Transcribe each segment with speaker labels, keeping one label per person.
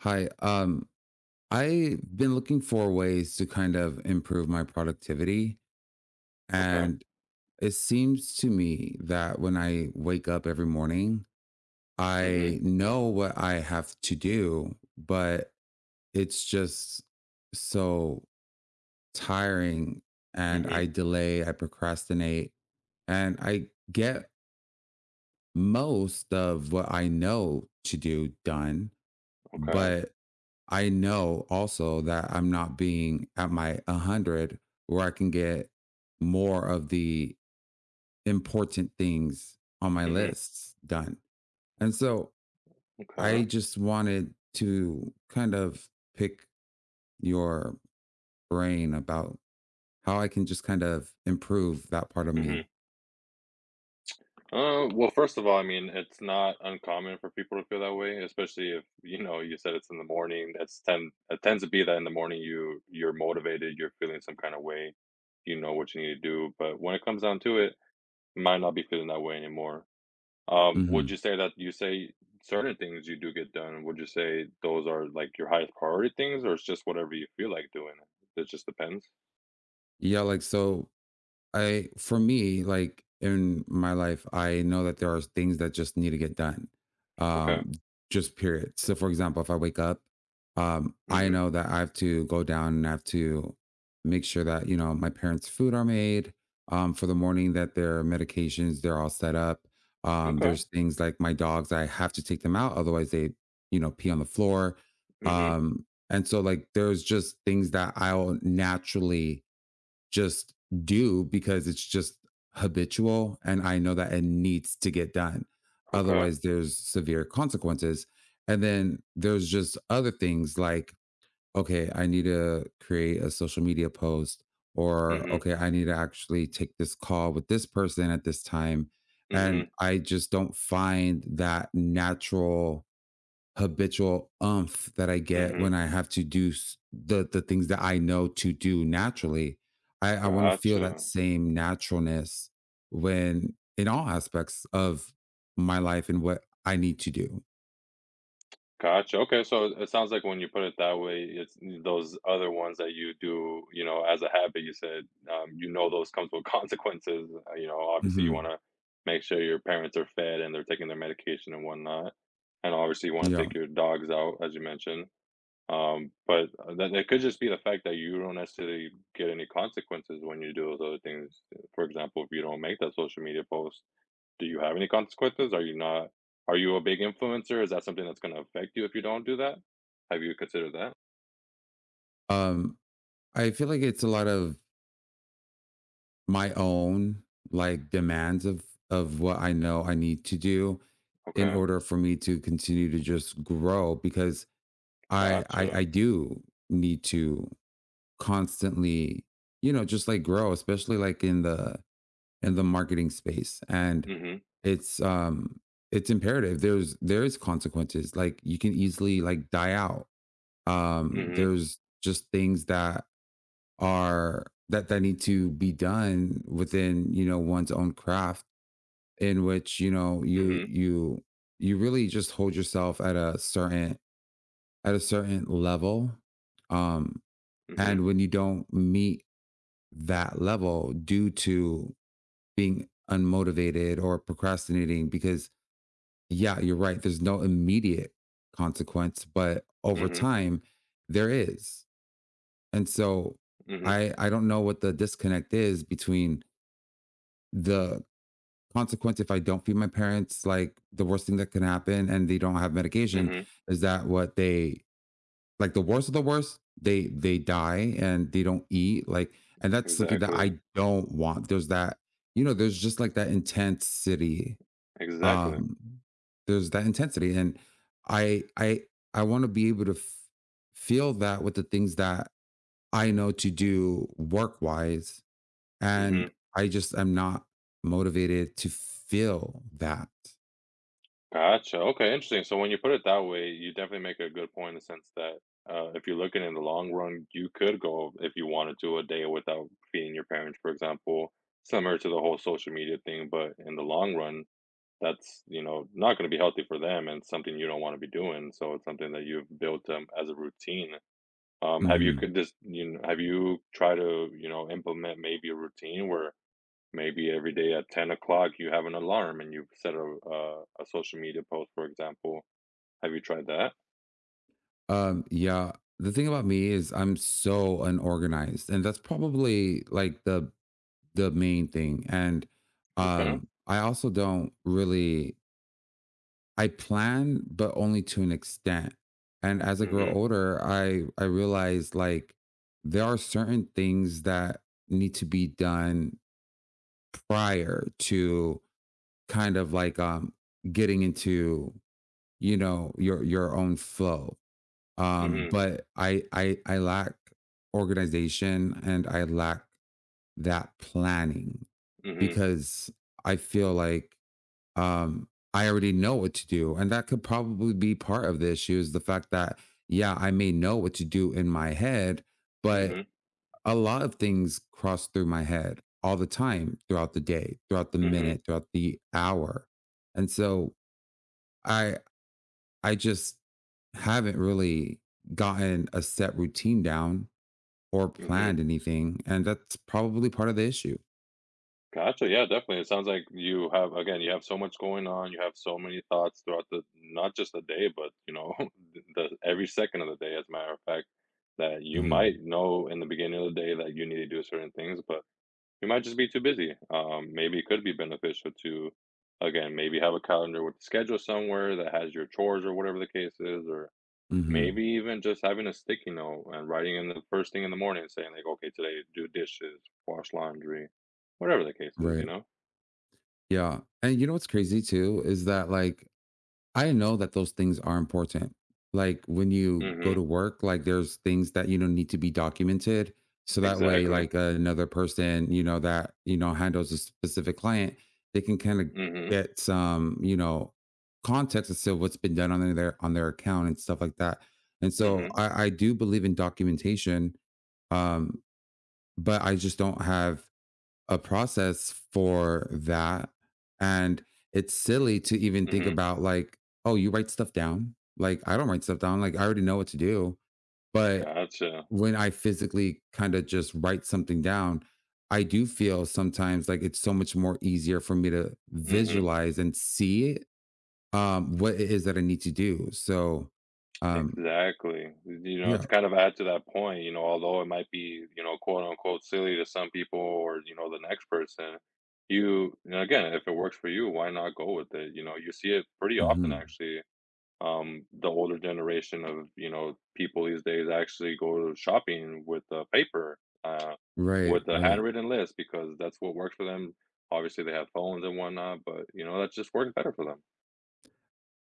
Speaker 1: Hi. I've been looking for ways to kind of improve my productivity.
Speaker 2: Okay.
Speaker 1: And it seems to me that when I wake up every morning,
Speaker 2: Mhm.
Speaker 1: I know what I have to do, but it's just so tiring. And
Speaker 2: Mhm.
Speaker 1: I procrastinate, and I get most of what I know to do done.
Speaker 2: Okay.
Speaker 1: But I know also that I'm not being at my 100 where I can get more of the important things on my
Speaker 2: Mhm.
Speaker 1: lists done. And so I
Speaker 2: Okay.
Speaker 1: just wanted to kind of pick your brain about how I can just kind of improve that part of me.
Speaker 2: Mhm. Well, first of all, I mean, it's not uncommon for people to feel that way, especially if, you know, you said it's in the morning. That's ten. It tends to be that in the morning you're motivated, you're feeling some kind of way, you know what you need to do. But when it comes down to it, you might not be feeling that way anymore.
Speaker 1: Hmm.
Speaker 2: Would you say that you say certain things you do get done? Would you say those are like your highest priority things, or it's just whatever you feel like doing? It just depends.
Speaker 1: Yeah, I for me, like in my life, I know that there are things that just need to get done.
Speaker 2: Okay.
Speaker 1: Um, just period. So for example, if I wake up, I
Speaker 2: Mm-hmm.
Speaker 1: know that I have to go down and I have to make sure that, you know, my parents' food are made, for the morning that their medications, they're all set up. There's
Speaker 2: Okay.
Speaker 1: things like my dogs, I have to take them out, otherwise they, you know, pee on the floor.
Speaker 2: Mhm.
Speaker 1: And so like there's just things that I'll naturally just do because it's just habitual and I know that it needs to get done.
Speaker 2: Okay.
Speaker 1: Otherwise, there's severe consequences. And then there's just other things like, okay, I need to create a social media post, or
Speaker 2: Mhm.
Speaker 1: okay, I need to actually take this call with this person at this time. And
Speaker 2: Mhm.
Speaker 1: I just don't find that natural habitual umph that I get when
Speaker 2: Mhm.
Speaker 1: I have to do the things that I know to do naturally. I want to feel that
Speaker 2: Gotcha.
Speaker 1: same naturalness when in all aspects of my life and what I need to do.
Speaker 2: Gotcha. Okay. So it sounds like when you put it that way, it's those other ones that you do, you know, as a habit. You said, you know, those comes with consequences. You know, obviously, you want
Speaker 1: Hmm.
Speaker 2: to make sure your parents are fed and they're taking their medication and whatnot, and obviously, you want to
Speaker 1: Yeah.
Speaker 2: take your dogs out, as you mentioned. But that it could just be the fact that you don't necessarily get any consequences when you do those other things. For example, if you don't make that social media post, do you have any consequences? Are you not, are you a big influencer? Is that something that's gonna affect you if you don't do that? Have you considered that?
Speaker 1: Um, I feel like it's a lot of my own like demands of what I know I need to do in
Speaker 2: Okay,
Speaker 1: order for me to continue to just grow because I I,
Speaker 2: gotcha.
Speaker 1: I do need to constantly, you know, just like grow, especially like in the marketing space. And
Speaker 2: Mhm,
Speaker 1: it's um it's imperative. There's there is consequences. Like you can easily like die out. Um,
Speaker 2: mhm,
Speaker 1: there's just things that are that that need to be done within, you know, one's own craft in which, you know, you
Speaker 2: mhm,
Speaker 1: you you really just hold yourself at a certain level, um,
Speaker 2: mhm,
Speaker 1: and when you don't meet that level due to being unmotivated or procrastinating because yeah, you're right, there's no immediate consequence but over
Speaker 2: mhm,
Speaker 1: time there is. And so
Speaker 2: mhm,
Speaker 1: I don't know what the disconnect is between the consequence. If I don't feed my parents, like the worst thing that can happen and they don't have medication
Speaker 2: mhm.
Speaker 1: is that what they like the worst of the worst, they die and they don't eat. Like, and that's something that
Speaker 2: Exactly,
Speaker 1: I don't want. There's that, you know, there's just like that intensity.
Speaker 2: exactly.
Speaker 1: Um, there's that intensity. And I I I want to be able to feel that with the things that I know to do work wise. And
Speaker 2: Mhm.
Speaker 1: I just am not motivated to feel that.
Speaker 2: Gotcha. Okay, interesting. So when you put it that way, you definitely make a good point in the sense that if you're looking in the long run, you could go if you wanted to a day without feeding your parents, for example, similar to the whole social media thing. But in the long run, that's, you know, not gonna be healthy for them and something you don't wanna be doing, so it's something that you've built, as a routine. Um, have you
Speaker 1: Mm-hmm.
Speaker 2: could just you have you try to, you know, implement maybe a routine where maybe every day at 10 o'clock you have an alarm and you set a social media post, for example? Have you tried that?
Speaker 1: Yeah. The thing about me is I'm so unorganized, and that's probably like the main thing. And
Speaker 2: Okay.
Speaker 1: I also don't really I plan, but only to an extent. And as I grow
Speaker 2: Mhm.
Speaker 1: older, I realize like there are certain things that need to be done prior to kind of like, um, getting into, you know, your own flow.
Speaker 2: Mhm.
Speaker 1: But I lack organization and I lack that planning
Speaker 2: Mhm.
Speaker 1: because I feel like, um, I already know what to do. And that could probably be part of the issue is the fact that yeah, I may know what to do in my head, but
Speaker 2: Mhm.
Speaker 1: a lot of things cross through my head all the time throughout the day, throughout the
Speaker 2: Mhm. Mhm.
Speaker 1: minute, throughout the hour. And so I I just haven't really gotten a set routine down or
Speaker 2: Mhm.
Speaker 1: planned anything, and that's probably part of the issue.
Speaker 2: Gotcha. Yeah, definitely. It sounds like you have, again, you have so much going on. You have so many thoughts throughout the not just the day, but you know, the every second of the day, as a matter of fact, that you
Speaker 1: Hmm.
Speaker 2: might know in the beginning of the day that you need to do certain things, but you might just be too busy. Maybe it could be beneficial to, again, maybe have a calendar with a schedule somewhere that has your chores or whatever the case is, or maybe
Speaker 1: Hmm.
Speaker 2: even just having a sticky note and writing in the first thing in the morning saying like, okay, today do dishes, wash laundry, whatever the case is, you
Speaker 1: Right.
Speaker 2: know?
Speaker 1: Yeah. And you know what's crazy too is that like I know that those things are important. Like when you go
Speaker 2: Mm-hmm.
Speaker 1: to work, like there's things that you know need to be documented so that way
Speaker 2: Exactly.
Speaker 1: like another person, you know, that you know handles a specific client, they can kind of
Speaker 2: Mm-hmm.
Speaker 1: get some, you know, context as to what's been done on their account and stuff like that. And so
Speaker 2: Mm-hmm.
Speaker 1: I do believe in documentation, um, but I just don't have a process for that. And it's silly to even think
Speaker 2: Mm-hmm.
Speaker 1: about like, oh, you write stuff down. Like I don't write stuff down. Like I already know what to do. But
Speaker 2: Gotcha.
Speaker 1: when I physically kind of just write something down, I do feel sometimes like it's so much more easier for me to
Speaker 2: Mm-hmm.
Speaker 1: visualize and see, what it is that I need to do. So, um,
Speaker 2: Exactly. You know,
Speaker 1: yeah,
Speaker 2: to kind of add to that point, you know, although it might be, you know, quote unquote silly to some people or, you know, the next person, you know, again, if it works for you, why not go with it? You know, you see it pretty often
Speaker 1: hmm.
Speaker 2: actually. The older generation of, you know, people these days actually go shopping with a paper,
Speaker 1: Right,
Speaker 2: with a
Speaker 1: right.
Speaker 2: handwritten list because that's what works for them. Obviously, they have phones and whatnot, but you know, that just works better for them.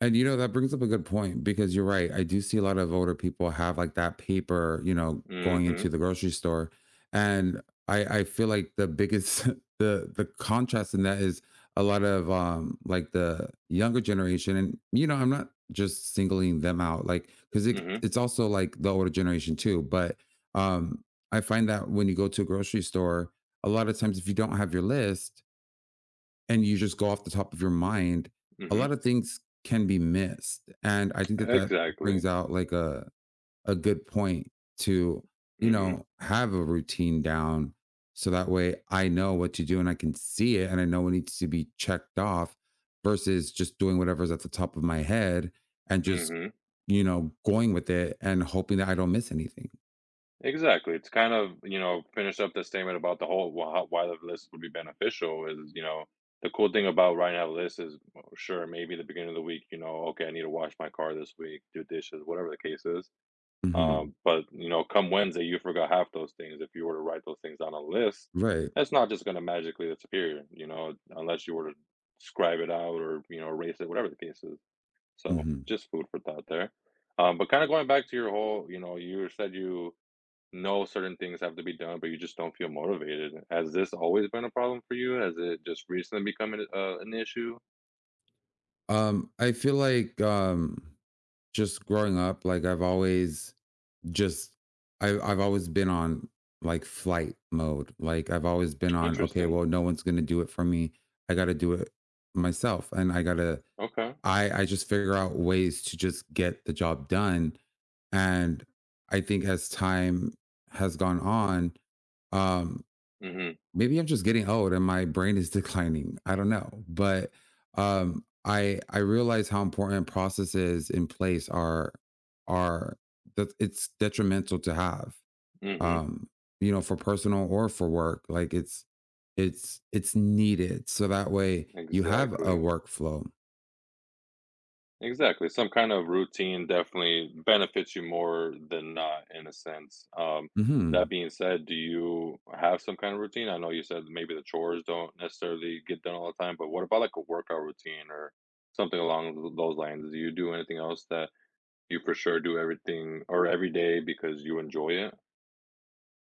Speaker 1: And you know, that brings up a good point because you're right. I do see a lot of older people have like that paper, you know, going into
Speaker 2: Mhm.
Speaker 1: the grocery store. And I feel like the biggest the contrast in that is a lot of, um, like the younger generation and, you know, I'm not just singling them out like cuz it
Speaker 2: Mhm.
Speaker 1: it's also like the older generation too, but, um, I find that when you go to a grocery store, a lot of times if you don't have your list, and you just go off the top of your mind, a
Speaker 2: Mhm.
Speaker 1: lot of things can be missed. And I think that brings
Speaker 2: Exactly.
Speaker 1: out like a good point to, you
Speaker 2: Mhm.
Speaker 1: know, have a routine down so that way I know what to do and I can see it and I know what needs to be checked off versus just doing whatever's at the top of my head and just,
Speaker 2: Mhm.
Speaker 1: you know, going with it and hoping that I don't miss anything.
Speaker 2: Exactly. It's kind of, you know, finish up the statement about the whole wh how why the list would be beneficial is, you know, the cool thing about writing out a list is, well, sure, maybe the beginning of the week, you know, okay, I need to wash my car this week, do dishes, whatever the case is.
Speaker 1: Hmm.
Speaker 2: But, you know, come Wednesday, you forgot half those things. If you were to write those things on a list,
Speaker 1: Right.
Speaker 2: that's not just going to magically disappear, you know, unless you were to scribe it out or, you know, erase it, whatever the case is. So
Speaker 1: Hmm.
Speaker 2: just food for thought there. But kind of going back to your whole, you know, you said you know certain things have to be done, but you just don't feel motivated. Has this always been a problem for you? Has it just recently become an issue?
Speaker 1: I feel like, um, just growing up, like just I've always been on like flight mode. Like I've always been on, okay,
Speaker 2: Interesting.
Speaker 1: well, no one's gonna do it for me. I gotta do it myself. And
Speaker 2: Okay.
Speaker 1: I just figure out ways to just get the job done. And I think as time has gone on, um,
Speaker 2: Mm-hmm.
Speaker 1: maybe I'm just getting old and my brain is declining. I don't know, but, I realize how important processes in place are that it's detrimental to have.
Speaker 2: Mm-hmm.
Speaker 1: Um, you know, for personal or for work, like it's needed so that way you have a
Speaker 2: Exactly.
Speaker 1: workflow.
Speaker 2: Exactly. Some kind of routine definitely benefits you more than not, in a sense. That
Speaker 1: Hmm.
Speaker 2: being said, do you have some kind of routine? I know you said maybe the chores don't necessarily get done all the time, but what about like a workout routine or something along those lines? Do you do anything else that you for sure do everything or every day because you enjoy it?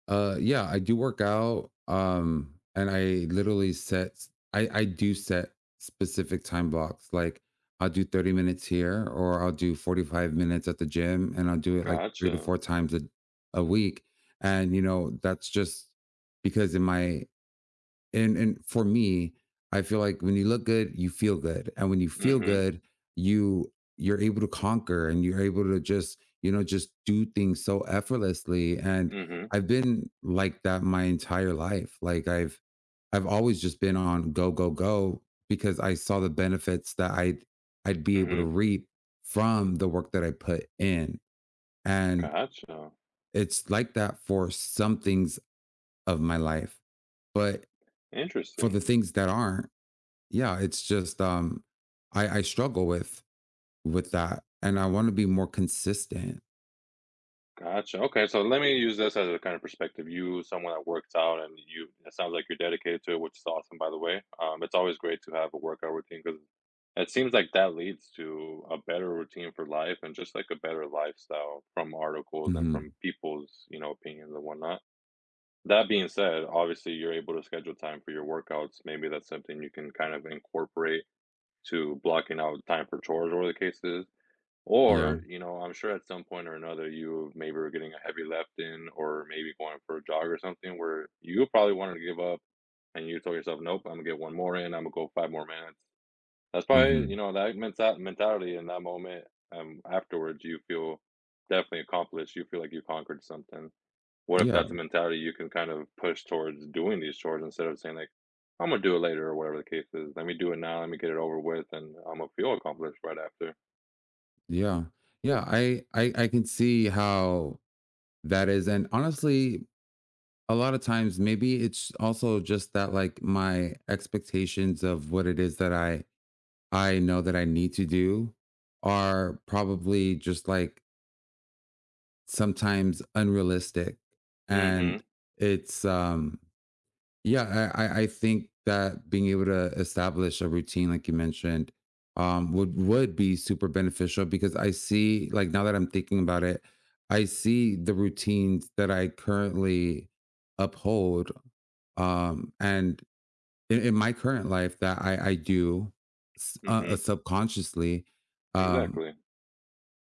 Speaker 1: Yeah, I do work out. And I literally set s- I do set specific time blocks. Like I'll do 30 minutes here or I'll do 45 minutes at the gym and I'll do it like three to
Speaker 2: Gotcha.
Speaker 1: four times a week. And you know, that's just because in my and for me, I feel like when you look good, you feel good, and when you feel
Speaker 2: Mhm.
Speaker 1: good, you you're able to conquer, and you're able to just, you know, just do things so effortlessly. And
Speaker 2: Mhm.
Speaker 1: I've been like that my entire life. Like I've always just been on go, go, go because I saw the benefits that I'd be able to
Speaker 2: Mhm.
Speaker 1: reap from the work that I put in, and
Speaker 2: Gotcha.
Speaker 1: it's like that for some things of my life, but for the
Speaker 2: Interesting.
Speaker 1: things that aren't, yeah, it's just, um, I struggle with that and I want to be more consistent.
Speaker 2: Gotcha. Okay, so let me use this as a kind of perspective. You, someone that works out, and you, it sounds like you're dedicated to it, which is awesome, by the way. It's always great to have a workout routine because it seems like that leads to a better routine for life and just like a better lifestyle from articles and
Speaker 1: Hmm.
Speaker 2: from people's, you know, opinions and whatnot. That being said, obviously, you're able to schedule time for your workouts. Maybe that's something you can kind of incorporate to blocking out time for chores or the cases.
Speaker 1: Yeah.
Speaker 2: Or, you know, I'm sure at some point or another, you maybe were getting a heavy left in or maybe going for a jog or something where you probably wanted to give up and you told yourself, nope, I'm going to get one more in. I'm going to go 5 more minutes. That's probably, you
Speaker 1: Hmm.
Speaker 2: know, that mentality in that moment, afterwards, you feel definitely accomplished. You feel like you conquered something. What if
Speaker 1: yeah
Speaker 2: that's a mentality you can kind of push towards doing these chores instead of saying like, "I'm gonna do it later," or whatever the case is? Let me do it now. Let me get it over with, and I'm gonna feel accomplished right after.
Speaker 1: yeah yeah, I can see how that is, and honestly, a lot of times maybe it's also just that like my expectations of what it is that I know that I need to do are probably just like sometimes unrealistic. And
Speaker 2: Mhm.
Speaker 1: it's yeah, I think that being able to establish a routine, like you mentioned, would be super beneficial because I see, like now that I'm thinking about it, I see the routines that I currently uphold, and in my current life that I do
Speaker 2: Mhm.
Speaker 1: subconsciously, um,
Speaker 2: Exactly.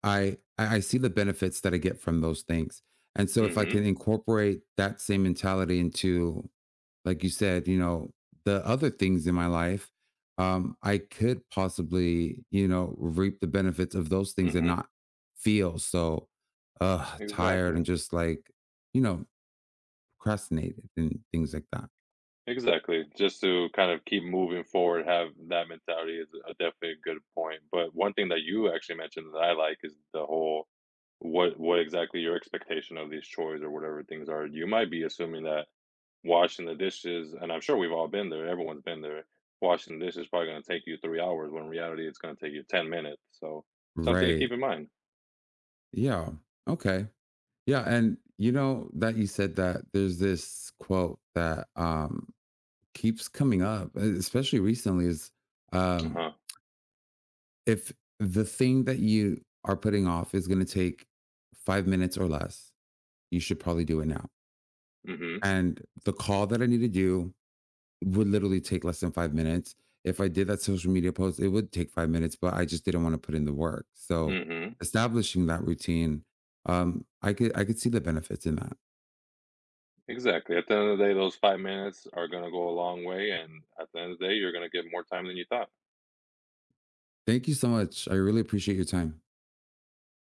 Speaker 1: I see the benefits that I get from those things, and so if I can
Speaker 2: Mhm.
Speaker 1: incorporate that same mentality into, like you said, you know, the other things in my life, I could possibly, you know, reap the benefits of those things and
Speaker 2: Mhm.
Speaker 1: not feel so, uh, tired and
Speaker 2: Exactly.
Speaker 1: just like, you know, procrastinated and things like that.
Speaker 2: Exactly. Just to kind of keep moving forward, have that mentality is a definitely a good point. But one thing that you actually mentioned that I like is the whole what exactly your expectation of these chores or whatever things are. You might be assuming that washing the dishes, and I'm sure we've all been there, everyone's been there. Washing the dishes is probably gonna take you 3 hours when in reality it's gonna take you 10 minutes, so something to
Speaker 1: Right.
Speaker 2: keep in mind.
Speaker 1: Yeah. Okay. Yeah, and you know that you said that there's this quote that, um, keeps coming up, especially recently, is, um,
Speaker 2: Uh-huh.
Speaker 1: if the thing that you are putting off is gonna take 5 minutes or less, you should probably do it now.
Speaker 2: Mhm.
Speaker 1: And the call that I need to do would literally take less than 5 minutes. If I did that social media post, it would take 5 minutes, but I just didn't want to put in the work. So
Speaker 2: Mhm.
Speaker 1: establishing that routine, I could see the benefits in that.
Speaker 2: Exactly. At the end of the day, those 5 minutes are gonna go a long way, and at the end of the day, you're gonna get more time than you thought.
Speaker 1: Thank you so much. I really appreciate your time.